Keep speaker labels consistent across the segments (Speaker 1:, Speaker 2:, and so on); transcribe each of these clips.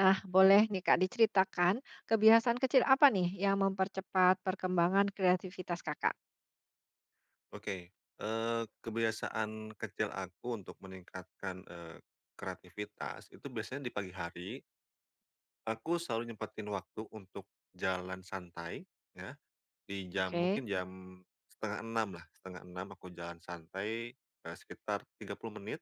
Speaker 1: Nah, boleh nih Kak diceritakan kebiasaan kecil apa nih yang mempercepat perkembangan kreativitas Kakak?
Speaker 2: Oke, kebiasaan kecil aku untuk meningkatkan, kreativitas itu biasanya di pagi hari. Aku selalu nyempetin waktu untuk jalan santai ya, di jam
Speaker 1: Oke.
Speaker 2: mungkin jam setengah enam lah, setengah enam aku jalan santai, sekitar 30 menit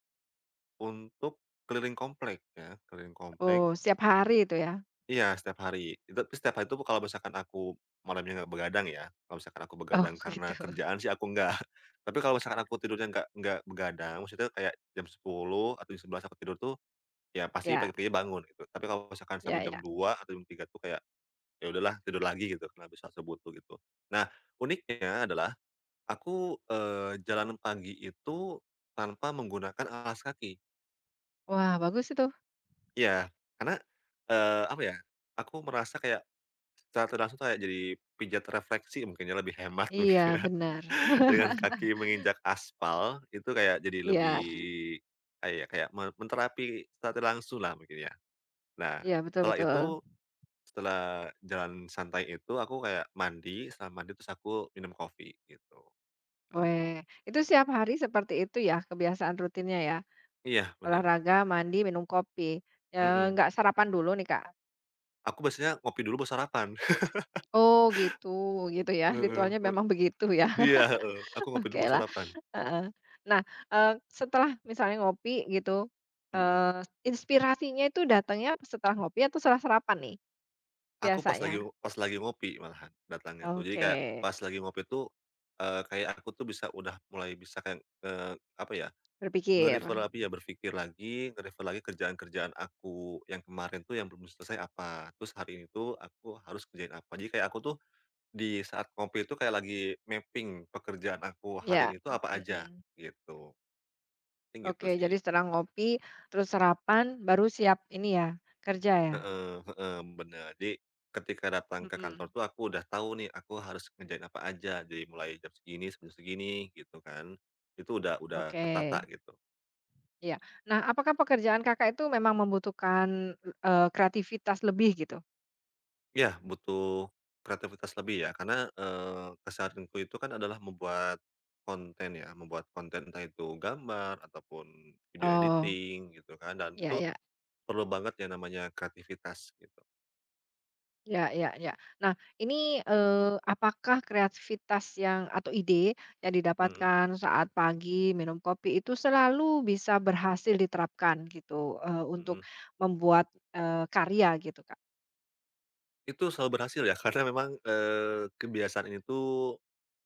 Speaker 2: untuk keliling komplek ya, keliling komplek.
Speaker 1: Oh, setiap hari itu ya?
Speaker 2: Iya, setiap hari. Itu tapi setiap hari itu kalau misalkan aku malamnya nggak begadang ya, kalau misalkan aku
Speaker 1: Oh,
Speaker 2: begadang
Speaker 1: gitu.
Speaker 2: karena kerjaan sih aku nggak. Tapi kalau misalkan aku tidurnya nggak begadang, maksudnya kayak jam 10 atau jam 11 aku tidur tuh, ya pasti
Speaker 1: Ya,
Speaker 2: pagi-pagi bangun gitu. Tapi kalau misalkan sampai
Speaker 1: ya,
Speaker 2: jam
Speaker 1: ya.
Speaker 2: dua atau jam 3 tuh kayak, ya udahlah tidur lagi gitu karena bisa asar butuh gitu. Nah, uniknya adalah aku, jalan pagi itu tanpa menggunakan alas kaki.
Speaker 1: Wah, bagus itu.
Speaker 2: Ya karena, apa ya, aku merasa kayak secara tidak langsung tuh kayak jadi pijat refleksi mungkin ya, lebih hemat mungkin
Speaker 1: Iya,
Speaker 2: ya.
Speaker 1: benar.
Speaker 2: Dengan kaki menginjak aspal, itu kayak jadi
Speaker 1: Iya,
Speaker 2: lebih kayak ya, kayak menterapi secara tidak langsung lah mungkin ya. Nah,
Speaker 1: iya
Speaker 2: setelah
Speaker 1: betul-betul.
Speaker 2: itu, setelah jalan santai itu aku kayak mandi, setelah mandi terus aku minum kopi gitu.
Speaker 1: Weh, itu setiap hari seperti itu ya kebiasaan rutinnya ya.
Speaker 2: Iya, bener,
Speaker 1: Olahraga, mandi, minum kopi. Ya,
Speaker 2: mhm.
Speaker 1: nggak sarapan dulu nih Kak.
Speaker 2: Aku biasanya ngopi dulu baru sarapan.
Speaker 1: Oh, gitu, gitu ya.
Speaker 2: Heeh,
Speaker 1: Ritualnya memang begitu ya.
Speaker 2: iya, heeh, aku ngopi
Speaker 1: Oke
Speaker 2: dulu baru
Speaker 1: lah.
Speaker 2: sarapan,
Speaker 1: Heeh. Nah, setelah misalnya ngopi gitu,
Speaker 2: mhm.
Speaker 1: eee, inspirasinya itu datangnya setelah ngopi atau setelah sarapan nih
Speaker 2: Aku pas lagi
Speaker 1: biasanya?
Speaker 2: pas lagi ngopi malahan datangnya tuh. Jadi
Speaker 1: Oke,
Speaker 2: kayak pas lagi ngopi tuh, kayak aku tuh bisa udah mulai bisa kayak, apa ya, nge-refer
Speaker 1: berpikir.
Speaker 2: lagi ya, berpikir lagi, nge-refer lagi kerjaan-kerjaan aku yang kemarin tuh yang belum selesai apa, terus hari ini tuh aku harus kerjain apa. Jadi kayak aku tuh di saat ngopi itu kayak lagi mapping pekerjaan aku hari
Speaker 1: Iya,
Speaker 2: ini tuh apa aja,
Speaker 1: mhm.
Speaker 2: gitu. Mungkin gitu
Speaker 1: Oke,
Speaker 2: sih.
Speaker 1: jadi setelah ngopi, terus sarapan, baru siap ini ya, kerja ya?
Speaker 2: Heeh heeh, bener. Jadi, ketika datang ke kantor
Speaker 1: Mhm,
Speaker 2: tuh aku udah tahu nih aku harus ngerjain apa aja. Jadi mulai jam segini sampai segini gitu kan. Itu udah
Speaker 1: oke,
Speaker 2: tertata gitu.
Speaker 1: iya. Nah, apakah pekerjaan Kakak itu memang membutuhkan, kreativitas lebih gitu?
Speaker 2: Ya butuh kreativitas lebih ya karena, keseharianku itu kan adalah membuat konten ya, membuat konten entah itu gambar ataupun video
Speaker 1: Oh,
Speaker 2: editing gitu kan dan
Speaker 1: iya
Speaker 2: itu
Speaker 1: iya.
Speaker 2: perlu banget yang namanya kreativitas gitu.
Speaker 1: Ya ya ya. Nah, ini, apakah kreativitas yang atau ide yang
Speaker 2: Mhm
Speaker 1: didapatkan saat pagi minum kopi itu selalu bisa berhasil diterapkan gitu,
Speaker 2: mhm.
Speaker 1: untuk membuat, karya gitu, Kak?
Speaker 2: Itu selalu berhasil ya karena memang, kebiasaan ini tuh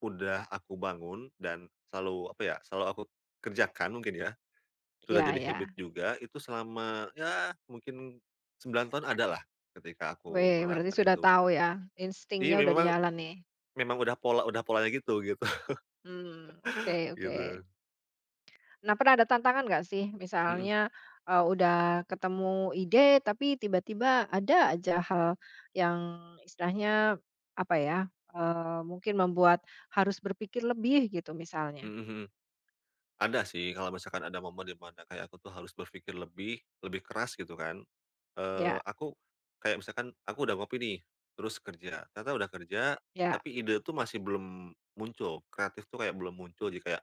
Speaker 2: udah aku bangun dan selalu apa ya, selalu aku kerjakan mungkin ya, sudah
Speaker 1: Ya
Speaker 2: jadi habit
Speaker 1: ya.
Speaker 2: juga itu selama ya mungkin 9 tahun ada lah ketika aku
Speaker 1: Weh, berarti
Speaker 2: menerapkan
Speaker 1: sudah
Speaker 2: itu.
Speaker 1: tahu ya,
Speaker 2: Iya
Speaker 1: instingnya udah di
Speaker 2: memang
Speaker 1: jalan nih.
Speaker 2: memang udah polanya gitu gitu
Speaker 1: Hmm, oke oke.
Speaker 2: gitu.
Speaker 1: Nah, pernah ada tantangan nggak sih?
Speaker 2: Mhm
Speaker 1: Misalnya, udah ketemu ide, tapi tiba-tiba ada aja hal yang istilahnya, apa ya, mungkin membuat harus berpikir lebih gitu misalnya.
Speaker 2: mhm mhm. Ada sih, kalau misalkan ada momen di mana kayak aku tuh harus berpikir lebih lebih keras gitu kan,
Speaker 1: Ya
Speaker 2: aku kayak misalkan aku udah ngopi nih, terus kerja, ternyata udah kerja,
Speaker 1: ya,
Speaker 2: tapi ide tuh masih belum muncul, kreatif tuh kayak belum muncul, jadi kayak,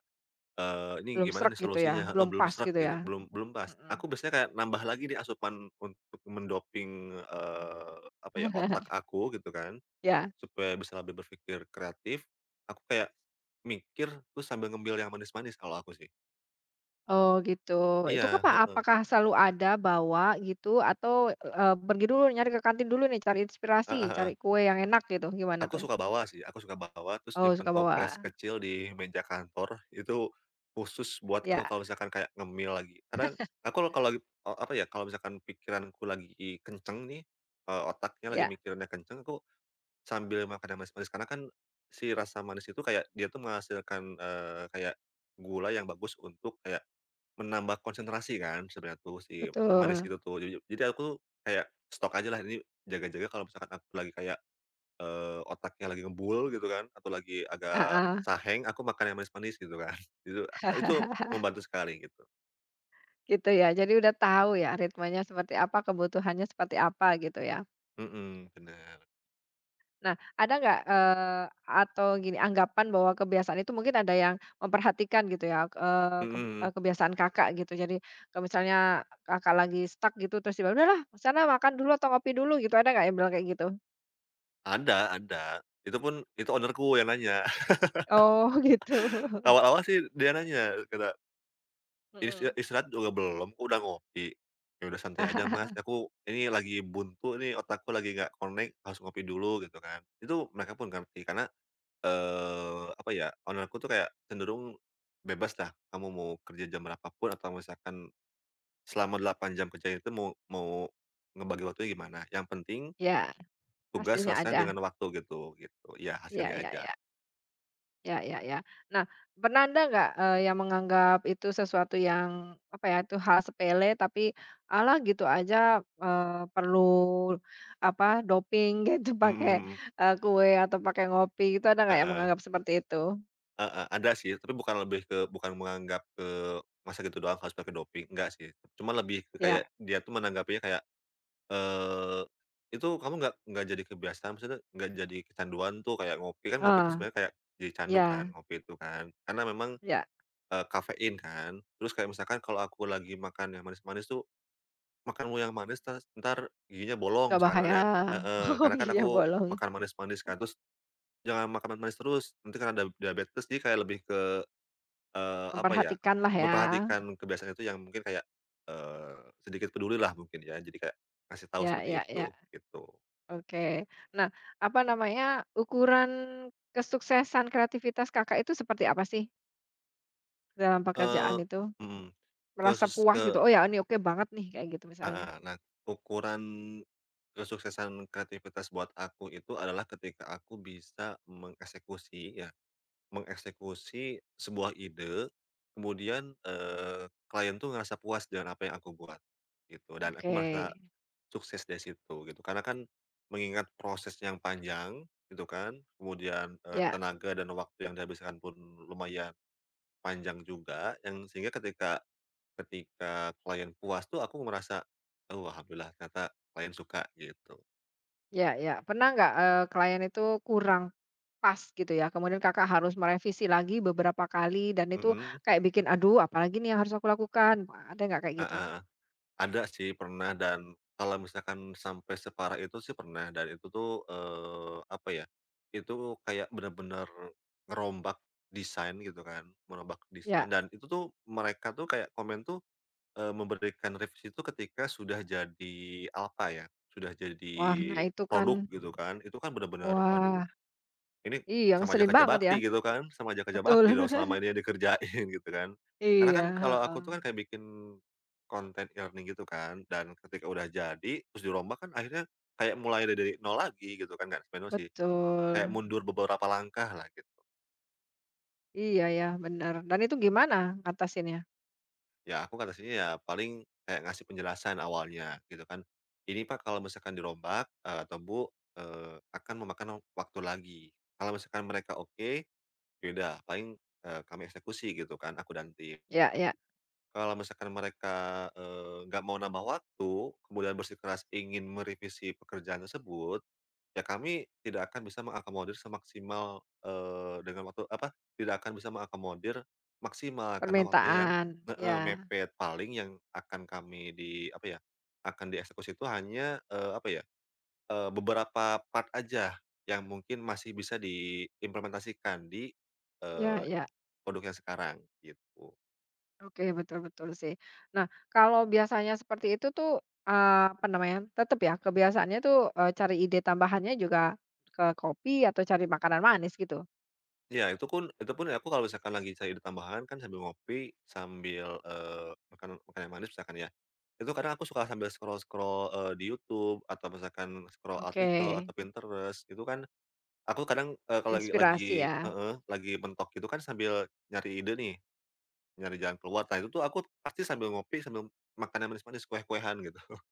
Speaker 2: "Ini
Speaker 1: belum
Speaker 2: gimana
Speaker 1: sreg
Speaker 2: nih
Speaker 1: gitu ya,
Speaker 2: solusinya?" Heeh,
Speaker 1: belum
Speaker 2: belum
Speaker 1: pas
Speaker 2: serak
Speaker 1: gitu
Speaker 2: gitu,
Speaker 1: ya?
Speaker 2: belum belum pas.
Speaker 1: Mhm.
Speaker 2: Aku biasanya kayak nambah lagi nih asupan untuk mendoping, apa ya, otak aku gitu kan,
Speaker 1: Ya?
Speaker 2: supaya bisa lebih berpikir kreatif, aku kayak mikir, terus sambil ngemil yang manis-manis kalau aku sih.
Speaker 1: Oh gitu. Itu
Speaker 2: Iya,
Speaker 1: apa
Speaker 2: heeh,
Speaker 1: apakah selalu ada bawa gitu atau, pergi dulu nyari ke kantin dulu nih, cari
Speaker 2: heeh
Speaker 1: inspirasi,
Speaker 2: heeh.
Speaker 1: cari kue yang enak gitu, gimana
Speaker 2: Aku
Speaker 1: tuh?
Speaker 2: suka bawa sih, aku suka bawa terus
Speaker 1: Oh
Speaker 2: nyimpen
Speaker 1: suka
Speaker 2: toples
Speaker 1: bawa.
Speaker 2: kecil di meja kantor, itu khusus buat aku
Speaker 1: Ya
Speaker 2: kalau misalkan kayak ngemil lagi. Karena aku kalau lagi, apa ya, kalau misalkan pikiranku lagi kenceng nih, otaknya lagi
Speaker 1: ya,
Speaker 2: mikirannya kenceng, aku sambil makan yang manis-manis karena kan si rasa manis itu kayak dia tuh menghasilkan, kayak gula yang bagus untuk kayak menambah konsentrasi kan sebenarnya tuh si manis
Speaker 1: betul.
Speaker 2: itu tuh. Jadi aku tuh kayak stok aja lah ini jaga-jaga kalau misalkan aku lagi kayak otaknya lagi ngebul gitu kan, atau lagi agak
Speaker 1: Heeh,
Speaker 2: saheng, aku makan yang manis-manis gitu kan. Itu itu membantu sekali gitu.
Speaker 1: gitu ya. Jadi udah tahu ya ritmenya seperti apa, kebutuhannya seperti apa gitu ya.
Speaker 2: Mhm, bener.
Speaker 1: Nah, ada nggak, atau gini anggapan bahwa kebiasaan itu mungkin ada yang memperhatikan gitu ya, ke
Speaker 2: Mhm,
Speaker 1: kebiasaan Kakak gitu. Jadi kalau misalnya Kakak lagi stuck gitu terus tiba-tiba, "Udahlah sana makan dulu atau ngopi dulu," gitu, ada nggak yang bilang kayak gitu?
Speaker 2: ada ada. Itu pun itu owner-ku yang nanya.
Speaker 1: Oh gitu,
Speaker 2: Awal-awal sih dia nanya, kata, "Is
Speaker 1: mhm.
Speaker 2: istirahat juga belum kok udah ngopi?" "Ya udah santai aja Mas, aku ini lagi buntu nih, otakku lagi nggak connect, harus ngopi dulu," gitu kan. Itu mereka pun ngerti. Karena, apa ya, owner aku tuh kayak cenderung bebas bebaslah, kamu mau kerja jam berapapun atau misalkan selama 8 jam kerja itu mau mau ngebagi waktunya gimana, yang penting
Speaker 1: Ya,
Speaker 2: tugas
Speaker 1: hasilnya
Speaker 2: selesai
Speaker 1: ada.
Speaker 2: dengan waktu gitu gitu, ya
Speaker 1: Ya
Speaker 2: hasilnya
Speaker 1: ya
Speaker 2: aja.
Speaker 1: ya. Ya ya ya. Nah, pernah ada nggak, yang menganggap itu sesuatu yang, apa ya, itu hal sepele tapi, "Alah gitu aja, perlu apa, doping gitu
Speaker 2: Mhm
Speaker 1: pakai,
Speaker 2: mhm.
Speaker 1: kue atau pakai ngopi," gitu ada nggak yang
Speaker 2: Heeh.
Speaker 1: menganggap seperti itu?
Speaker 2: Heeh, ada sih, tapi bukan lebih ke bukan menganggap, ke masa gitu doang harus pakai doping, enggak sih. Cuma lebih ke kayak
Speaker 1: Ya,
Speaker 2: dia tuh menanggapinya kayak Eee, itu kamu nggak jadi kebiasaan, maksudnya nggak jadi kecanduan tuh kayak ngopi, kan ngopi itu
Speaker 1: ah,
Speaker 2: sebenarnya kayak jadi candu kan,
Speaker 1: ya
Speaker 2: ngopi itu kan. Karena memang,
Speaker 1: ya,
Speaker 2: kafein kan. Terus kayak misalkan kalau aku lagi makan yang manis-manis tuh, makan mulu yang manis terus entar giginya bolong
Speaker 1: nggak
Speaker 2: misalkan ada
Speaker 1: bahaya.
Speaker 2: yang heeh,
Speaker 1: Oh,
Speaker 2: karena kan
Speaker 1: gitu ya
Speaker 2: aku
Speaker 1: bolong.
Speaker 2: makan manis-manis kan, terus jangan makan manis terus, nanti kan ada diabetes. Jadi kayak lebih ke, apa ya,
Speaker 1: Memperhatikanlah ya.
Speaker 2: memperhatikan kebiasaan itu yang mungkin kayak, eee, sedikit pedulilah mungkin ya. Jadi kayak ngasih tahu
Speaker 1: Ya
Speaker 2: seperti
Speaker 1: ya
Speaker 2: itu,
Speaker 1: ya,
Speaker 2: gitu.
Speaker 1: oke. Nah, apa namanya, ukuran kesuksesan kreativitas Kakak itu seperti apa sih? Dalam pekerjaan
Speaker 2: Eee,
Speaker 1: itu,
Speaker 2: mhm,
Speaker 1: merasa
Speaker 2: kesus
Speaker 1: puas gitu,
Speaker 2: ke
Speaker 1: "Oh ya ini oke banget nih," kayak gitu misalnya.
Speaker 2: heeh, nah, ukuran kesuksesan kreativitas buat aku itu adalah ketika aku bisa mengeksekusi ya, mengeksekusi sebuah ide, kemudian, klien tuh ngerasa puas dengan apa yang aku buat, gitu. Dan aku
Speaker 1: Oke,
Speaker 2: merasa sukses dari situ gitu, karena kan mengingat proses yang panjang gitu kan, kemudian,
Speaker 1: ya
Speaker 2: tenaga dan waktu yang dihabiskan pun lumayan panjang juga yang sehingga ketika ketika klien puas tuh aku merasa, "Oh alhamdulillah ternyata klien suka," gitu.
Speaker 1: ya ya. Pernah nggak, klien itu kurang pas gitu ya, kemudian Kakak harus merevisi lagi beberapa kali dan itu
Speaker 2: Mhm,
Speaker 1: kayak bikin, "Aduh apalagi nih yang harus aku lakukan?" Wah, ada nggak kayak gitu?
Speaker 2: heeh. Ada sih pernah dan kalau misalkan sampai separah itu sih pernah dan itu tuh, apa ya, itu kayak bener-bener ngerombak desain gitu kan, merombak desain
Speaker 1: Ya.
Speaker 2: dan itu tuh mereka tuh kayak komen tuh. Memberikan revisi itu ketika sudah jadi alpha ya, sudah jadi
Speaker 1: Wah, nah itu kan
Speaker 2: produk gitu kan, itu kan benar-benar waduh,
Speaker 1: wah,
Speaker 2: ini
Speaker 1: iya
Speaker 2: sama aja
Speaker 1: ngeselin
Speaker 2: kerja
Speaker 1: banget ya.
Speaker 2: bakti gitu kan, sama aja kerja
Speaker 1: Betul.
Speaker 2: bakti dong selama ini yang dikerjain gitu kan. Karena
Speaker 1: Iya,
Speaker 2: kan kalau aku tuh kan
Speaker 1: heeh.
Speaker 2: kayak bikin konten e-learning gitu kan, dan ketika udah jadi terus dirombak kan akhirnya kayak mulai dari nol lagi gitu kan, nggak dari sih, kayak
Speaker 1: Betul.
Speaker 2: mundur beberapa langkah lah gitu.
Speaker 1: Iya ya, benar. Dan itu gimana ngatasinnya?
Speaker 2: Ya aku kata ngatasinya ya paling kayak ngasih penjelasan awalnya gitu kan. Ini Pak kalau misalkan dirombak, atau Bu, akan memakan waktu lagi. Kalau misalkan mereka oke, yaudah paling, kami eksekusi gitu kan, aku dan tim.
Speaker 1: Ya ya,
Speaker 2: Kalau misalkan mereka, nggak mau nambah waktu, kemudian bersikeras ingin merevisi pekerjaan tersebut, ya kami tidak akan bisa mengakomodir semaksimal, dengan waktu apa, tidak akan bisa mengakomodir maksimal karena waktunya yang
Speaker 1: permintaan.
Speaker 2: heeh,
Speaker 1: Ya.
Speaker 2: mepet. Paling yang akan kami di apa ya, akan dieksekusi itu hanya, apa ya, beberapa part aja yang mungkin masih bisa diimplementasikan di,
Speaker 1: Ya
Speaker 2: eee,
Speaker 1: ya.
Speaker 2: produk yang sekarang, gitu.
Speaker 1: Oke, betul betul sih. Nah, kalau biasanya seperti itu tuh, apa namanya, tetap ya kebiasaannya tuh, cari ide tambahannya juga ke kopi atau cari makanan manis gitu?
Speaker 2: Iya, itu pun aku kalau misalkan lagi cari ide tambahan kan sambil ngopi, sambil, makan makan yang manis misalkan ya, itu kadang aku suka sambil scroll-scroll, di YouTube atau misalkan scroll
Speaker 1: Oke,
Speaker 2: artikel atau Pinterest, itu kan aku kadang, kalau lagi
Speaker 1: inspirasi ya.
Speaker 2: heeh, lagi mentok gitu kan sambil nyari ide nih, nyari jalan keluar. Nah, itu tuh aku pasti sambil ngopi, sambil makan yang manis-manis, kue kuehan gitu,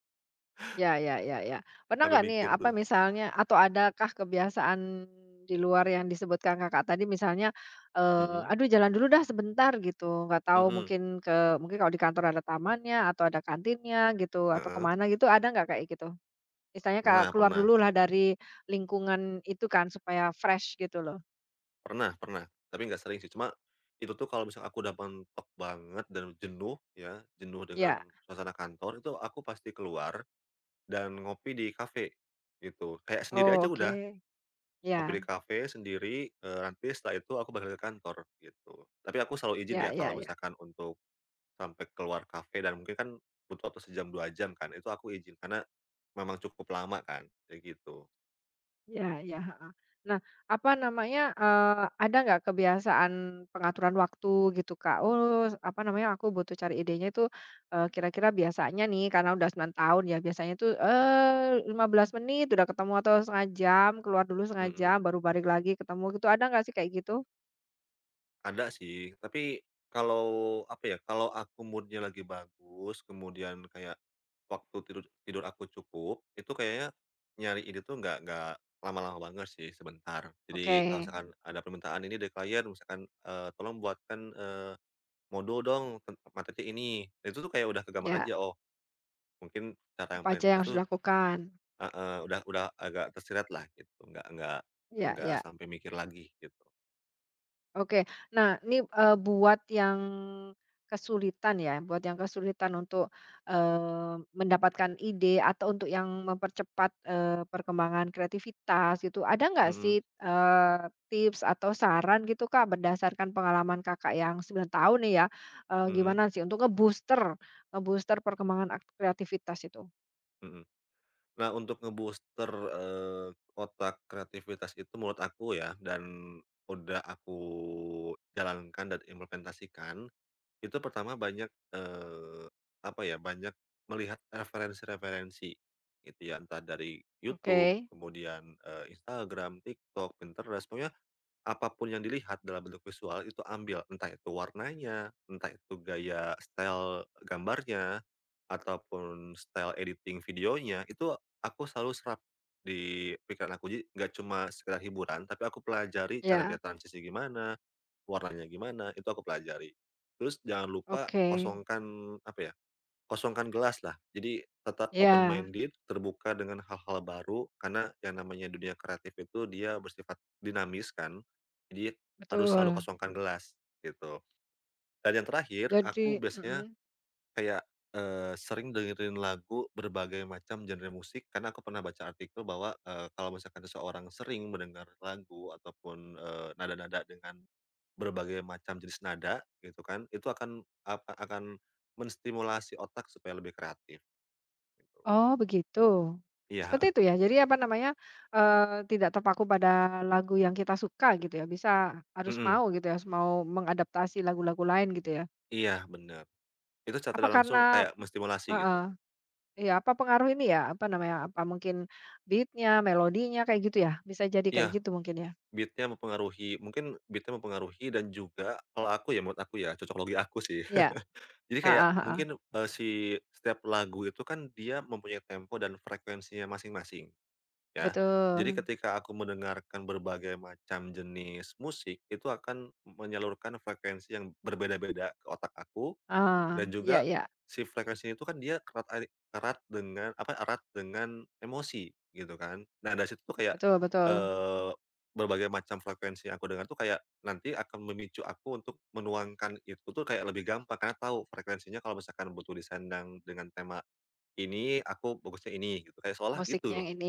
Speaker 1: Ya ya ya ya. Pernah
Speaker 2: sambil
Speaker 1: nggak nih,
Speaker 2: mikir
Speaker 1: apa
Speaker 2: tuh.
Speaker 1: misalnya atau adakah kebiasaan di luar yang disebutkan Kakak tadi misalnya,
Speaker 2: Mhm,
Speaker 1: "Aduh jalan dulu dah sebentar," gitu, nggak tahu
Speaker 2: mhm,
Speaker 1: mungkin ke mungkin kalau di kantor ada tamannya atau ada kantinnya gitu, atau
Speaker 2: heeh,
Speaker 1: kemana gitu, ada nggak kayak gitu? Istilahnya ka
Speaker 2: pernah
Speaker 1: keluar
Speaker 2: pernah.
Speaker 1: dulu lah dari lingkungan itu kan supaya fresh gitu loh.
Speaker 2: Pernah pernah, tapi nggak sering sih. Cuma, itu tuh kalau misalnya aku udah mentok banget dan jenuh ya, jenuh
Speaker 1: Ya.
Speaker 2: dengan suasana kantor, itu aku pasti keluar dan ngopi di kafe, gitu. Kayak sendiri
Speaker 1: Oh,
Speaker 2: aja udah,
Speaker 1: oke.
Speaker 2: ngopi di
Speaker 1: Ya
Speaker 2: kafe sendiri, nanti setelah itu aku balik ke kantor, gitu. Tapi aku selalu izin ya
Speaker 1: ya
Speaker 2: kalau
Speaker 1: ya. Ya
Speaker 2: misalkan untuk sampai keluar kafe dan mungkin kan butuh waktu sejam, 2 jam kan, itu aku izin, karena memang cukup lama kan, kayak gitu.
Speaker 1: ya ya heeh. Nah, apa namanya, ada nggak kebiasaan pengaturan waktu gitu, Kak? Oh, apa namanya, aku butuh cari idenya itu, kira-kira biasanya nih karena udah 9 tahun ya, biasanya tuh, eh, 15 menit udah ketemu atau setengah jam, keluar dulu setengah
Speaker 2: Mhm.
Speaker 1: jam baru balik lagi ketemu gitu, ada nggak sih kayak gitu?
Speaker 2: Ada sih, tapi kalau apa ya, kalau aku moodnya lagi bagus, kemudian kayak waktu tidur tidur aku cukup, itu kayaknya nyari ide tuh nggak lama-lama banget sih, sebentar.
Speaker 1: Oke.
Speaker 2: Jadi kalau misalkan ada permintaan ini dari klien, misalkan, "Tolong buatkan, eee, modul dong ten materinya ini." Nah, itu tuh kayak udah kegambar
Speaker 1: Ya.
Speaker 2: aja, oh mungkin cara yang
Speaker 1: Apa
Speaker 2: paling
Speaker 1: aja yang
Speaker 2: tepat
Speaker 1: harus
Speaker 2: tuh
Speaker 1: dilakukan?
Speaker 2: heeh, udah agak tersirat lah gitu, nggak nggak
Speaker 1: Ya,
Speaker 2: nggak
Speaker 1: ya,
Speaker 2: sampai mikir lagi gitu.
Speaker 1: oke. Nah ini, buat yang kesulitan ya, buat yang kesulitan untuk, mendapatkan ide atau untuk yang mempercepat, perkembangan kreativitas gitu, ada nggak
Speaker 2: Mhm,
Speaker 1: sih, tips atau saran gitu Kak berdasarkan pengalaman Kakak yang 9 tahun nih ya,
Speaker 2: mhm,
Speaker 1: gimana sih untuk ngebooster ngebooster perkembangan ak kreativitas itu?
Speaker 2: mhm. Nah, untuk booster otak kreativitas itu menurut aku ya, dan udah aku jalankan dan implementasikan, itu pertama banyak, apa ya, banyak melihat referensi-referensi gitu ya, entah dari
Speaker 1: Oke.
Speaker 2: YouTube, kemudian, Instagram, TikTok, Pinterest, pokoknya apapun yang dilihat dalam bentuk visual itu ambil, entah itu warnanya, entah itu gaya style gambarnya, ataupun style editing videonya, itu aku selalu serap di pikiran aku. Jadi nggak cuma sekedar hiburan, tapi aku pelajari cara
Speaker 1: Ya,
Speaker 2: dia transisi gimana, warnanya gimana, itu aku pelajari. Terus jangan lupa
Speaker 1: oke.
Speaker 2: kosongkan apa ya, kosongkan gelas lah. Jadi tetap open
Speaker 1: Ya,
Speaker 2: Minded, terbuka dengan hal-hal baru, karena yang namanya dunia kreatif itu dia bersifat dinamis kan, jadi harus selalu
Speaker 1: betul.
Speaker 2: kosongkan gelas, gitu. Dan yang terakhir, aku
Speaker 1: Jadi
Speaker 2: biasanya
Speaker 1: mhm.
Speaker 2: kayak, sering dengerin lagu berbagai macam genre musik, karena aku pernah baca artikel bahwa, kalau misalkan seseorang sering mendengar lagu ataupun, nada-nada dengan berbagai macam jenis nada, gitu kan, itu akan apa, akan menstimulasi otak supaya lebih kreatif. Gitu.
Speaker 1: Oh begitu.
Speaker 2: Iya,
Speaker 1: Seperti
Speaker 2: heeh,
Speaker 1: itu ya? Jadi apa namanya, tidak terpaku pada lagu yang kita suka gitu ya, bisa harus
Speaker 2: mhm,
Speaker 1: mau gitu ya, harus mau mengadaptasi lagu-lagu lain gitu ya?
Speaker 2: iya bener. Itu secara
Speaker 1: Apa karena
Speaker 2: langsung kayak menstimulasi gitu.
Speaker 1: heeh, iya apa pengaruh ini ya, apa namanya, apa mungkin beatnya, melodinya kayak gitu ya? Bisa jadi kayak
Speaker 2: Iya,
Speaker 1: gitu mungkin ya?
Speaker 2: beat-nya mempengaruhi mungkin beat-nya mempengaruhi dan juga kalau aku ya, menurut aku ya, cocok logi aku sih.
Speaker 1: Iya,
Speaker 2: Jadi kayak
Speaker 1: heeh heeh,
Speaker 2: mungkin, si setiap lagu itu kan dia mempunyai tempo dan frekuensinya masing-masing, ya. Jadi
Speaker 1: betul.
Speaker 2: ketika aku mendengarkan berbagai macam jenis musik, itu akan menyalurkan frekuensi yang berbeda-beda ke otak aku. Dan
Speaker 1: Ah, ya
Speaker 2: juga
Speaker 1: ya,
Speaker 2: si frekuensinya itu kan dia erat erat dengan apa, erat dengan emosi gitu kan. Nah, dari situ tuh kayak,
Speaker 1: betul betul,
Speaker 2: eee, berbagai macam frekuensi yang aku dengar tuh kayak nanti akan memicu aku untuk menuangkan itu tuh kayak lebih gampang karena tahu frekuensinya kalau misalkan butuh disandang dengan tema ini, aku bagusnya ini gitu, kayak seolah
Speaker 1: musiknya
Speaker 2: gitu loh.
Speaker 1: yang ini,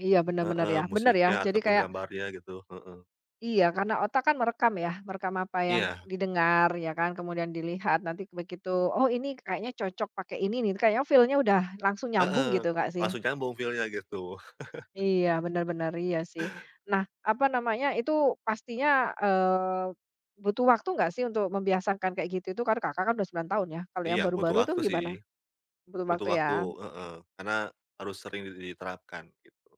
Speaker 1: iya benar-benar
Speaker 2: Heeh,
Speaker 1: ya. Benar ya,
Speaker 2: musiknya
Speaker 1: jadi
Speaker 2: ataupun
Speaker 1: kayak
Speaker 2: gambarnya gitu, heeh.
Speaker 1: iya, karena otak kan merekam ya, merekam apa yang
Speaker 2: Iya,
Speaker 1: didengar ya kan, kemudian dilihat, nanti begitu, "Oh ini kayaknya cocok pakai ini nih," kayaknya feel-nya udah langsung nyambung
Speaker 2: heeh,
Speaker 1: gitu nggak sih?
Speaker 2: langsung nyambung feel gitu.
Speaker 1: Iya, benar-benar iya sih. Nah, apa namanya, itu pastinya, eee, butuh waktu nggak sih untuk membiasakan kayak gitu itu? Karena Kakak kan udah 9 tahun ya, kalau yang
Speaker 2: Iya butuh
Speaker 1: baru-baru tuh
Speaker 2: waktu sih.
Speaker 1: gimana? Butuh
Speaker 2: Butuh
Speaker 1: waktu
Speaker 2: waktu,
Speaker 1: ya?
Speaker 2: heeh, karena harus sering diterapkan gitu.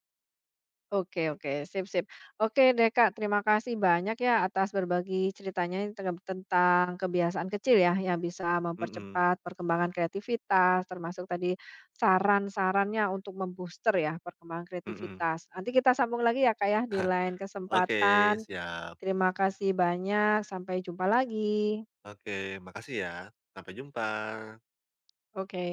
Speaker 1: Oke oke, sip sip. Oke deh Kak, terima kasih banyak ya atas berbagi ceritanya yang tentang kebiasaan kecil ya yang bisa
Speaker 2: Mhm
Speaker 1: mempercepat perkembangan kreativitas, termasuk tadi saran-sarannya untuk membooster ya perkembangan
Speaker 2: mhm.
Speaker 1: kreativitas. Nanti kita sambung lagi ya Kak ya di lain
Speaker 2: Oke,
Speaker 1: kesempatan.
Speaker 2: siap.
Speaker 1: Terima kasih banyak, sampai jumpa lagi.
Speaker 2: Oke, makasih ya. Sampai jumpa.
Speaker 1: Oke.